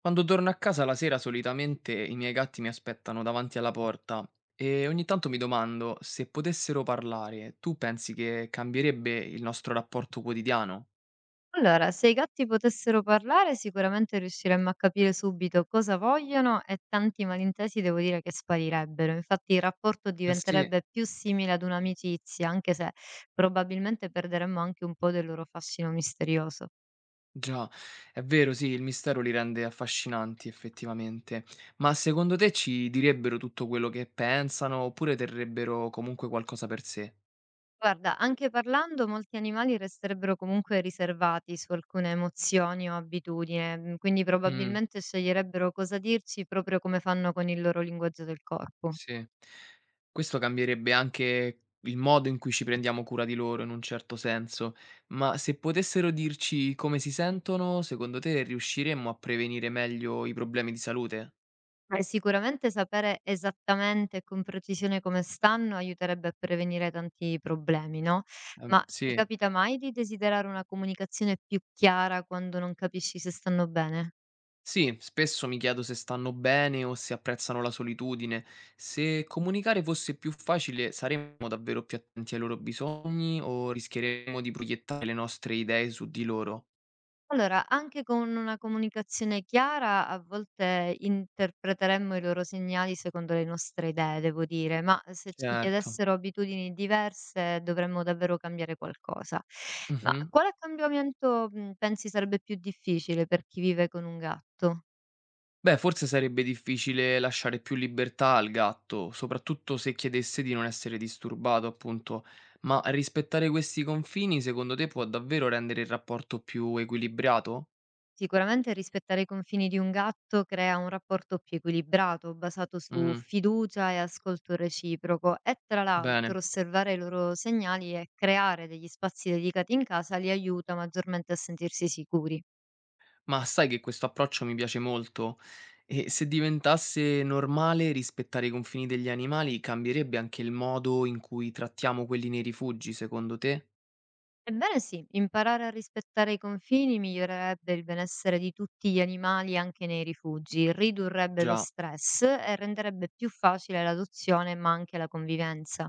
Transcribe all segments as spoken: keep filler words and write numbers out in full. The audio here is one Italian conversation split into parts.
Quando torno a casa la sera solitamente i miei gatti mi aspettano davanti alla porta e ogni tanto mi domando se potessero parlare, tu pensi che cambierebbe il nostro rapporto quotidiano? Allora, se i gatti potessero parlare, sicuramente riusciremmo a capire subito cosa vogliono e tanti malintesi devo dire che sparirebbero. Infatti il rapporto Eh sì, diventerebbe più simile ad un'amicizia, anche se probabilmente perderemmo anche un po' del loro fascino misterioso. già, è vero, sì, il mistero li rende affascinanti effettivamente, ma secondo te ci direbbero tutto quello che pensano oppure terrebbero comunque qualcosa per sé? Guarda, anche parlando, molti animali resterebbero comunque riservati su alcune emozioni o abitudini, mm, quindi Mm. probabilmente sceglierebbero cosa dirci proprio come fanno con il loro linguaggio del corpo. Sì. Questo cambierebbe anche il modo in cui ci prendiamo cura di loro in un certo senso, ma se potessero dirci come si sentono, secondo te riusciremmo a prevenire meglio i problemi di salute? Eh, sicuramente sapere esattamente e con precisione come stanno aiuterebbe a prevenire tanti problemi, no? Ehm, Ma ti Sì. capita mai di desiderare una comunicazione più chiara quando non capisci se stanno bene? Sì, spesso mi chiedo se stanno bene o se apprezzano la solitudine. Se comunicare fosse più facile, saremmo davvero più attenti ai loro bisogni o rischieremmo di proiettare le nostre idee su di loro? Allora, anche con una comunicazione chiara a volte interpreteremmo i loro segnali secondo le nostre idee, devo dire, ma eh, se ci Certo. chiedessero abitudini diverse dovremmo davvero cambiare qualcosa. Ma Mh-mh. quale cambiamento, mh, pensi sarebbe più difficile per chi vive con un gatto? Beh, forse sarebbe difficile lasciare più libertà al gatto, soprattutto se chiedesse di non essere disturbato, appunto. Ma rispettare questi confini, secondo te, può davvero rendere il rapporto più equilibrato? Sicuramente rispettare i confini di un gatto crea un rapporto più equilibrato, basato su Mm, fiducia e ascolto reciproco e tra l'altro bene. osservare i loro segnali e creare degli spazi dedicati in casa li aiuta maggiormente a sentirsi sicuri. Ma sai che questo approccio mi piace molto? E se diventasse normale rispettare i confini degli animali, cambierebbe anche il modo in cui trattiamo quelli nei rifugi, secondo te? Ebbene sì, imparare a rispettare i confini migliorerebbe il benessere di tutti gli animali anche nei rifugi, ridurrebbe lo Già. stress e renderebbe più facile l'adozione ma anche la convivenza.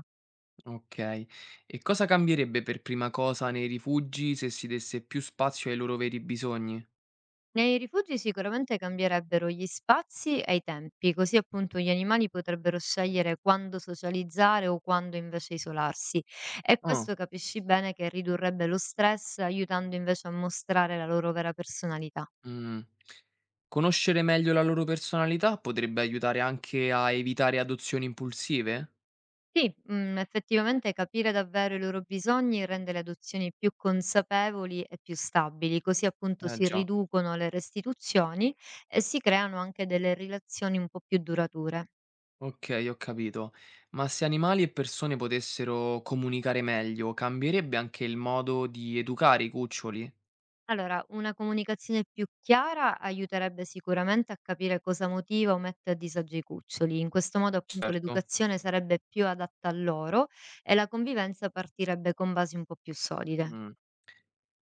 Okay. E cosa cambierebbe per prima cosa nei rifugi se si desse più spazio ai loro veri bisogni? Nei rifugi sicuramente cambierebbero gli spazi e i tempi, così appunto gli animali potrebbero scegliere quando socializzare o quando invece isolarsi. E Ah, questo capisci bene che ridurrebbe lo stress, aiutando invece a mostrare la loro vera personalità. mh. Conoscere meglio la loro personalità potrebbe aiutare anche a evitare adozioni impulsive? Sì, mm, effettivamente capire davvero i loro bisogni rende le adozioni più consapevoli e più stabili, così appunto Eh si già, riducono le restituzioni e si creano anche delle relazioni un po' più durature. okay, ho capito. Ma se animali e persone potessero comunicare meglio, cambierebbe anche il modo di educare i cuccioli? Allora, una comunicazione più chiara aiuterebbe sicuramente a capire cosa motiva o mette a disagio i cuccioli. In questo modo, appunto, Certo. l'educazione sarebbe più adatta a loro e la convivenza partirebbe con basi un po' più solide. Mh.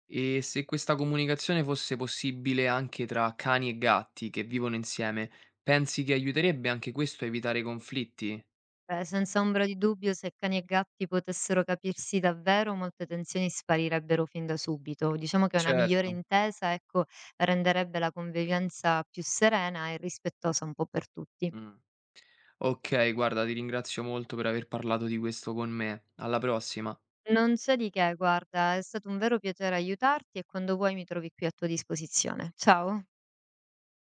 E se questa comunicazione fosse possibile anche tra cani e gatti che vivono insieme, pensi che aiuterebbe anche questo a evitare conflitti? Eh, senza ombra di dubbio, se cani e gatti potessero capirsi davvero, molte tensioni sparirebbero fin da subito. Diciamo che una migliore Certo. intesa, ecco, renderebbe la convivenza più serena e rispettosa un po' per tutti. Mm. Ok, guarda, ti ringrazio molto per aver parlato di questo con me. Alla prossima. Non c'è di che, guarda, è stato un vero piacere aiutarti e quando vuoi mi trovi qui a tua disposizione. Ciao.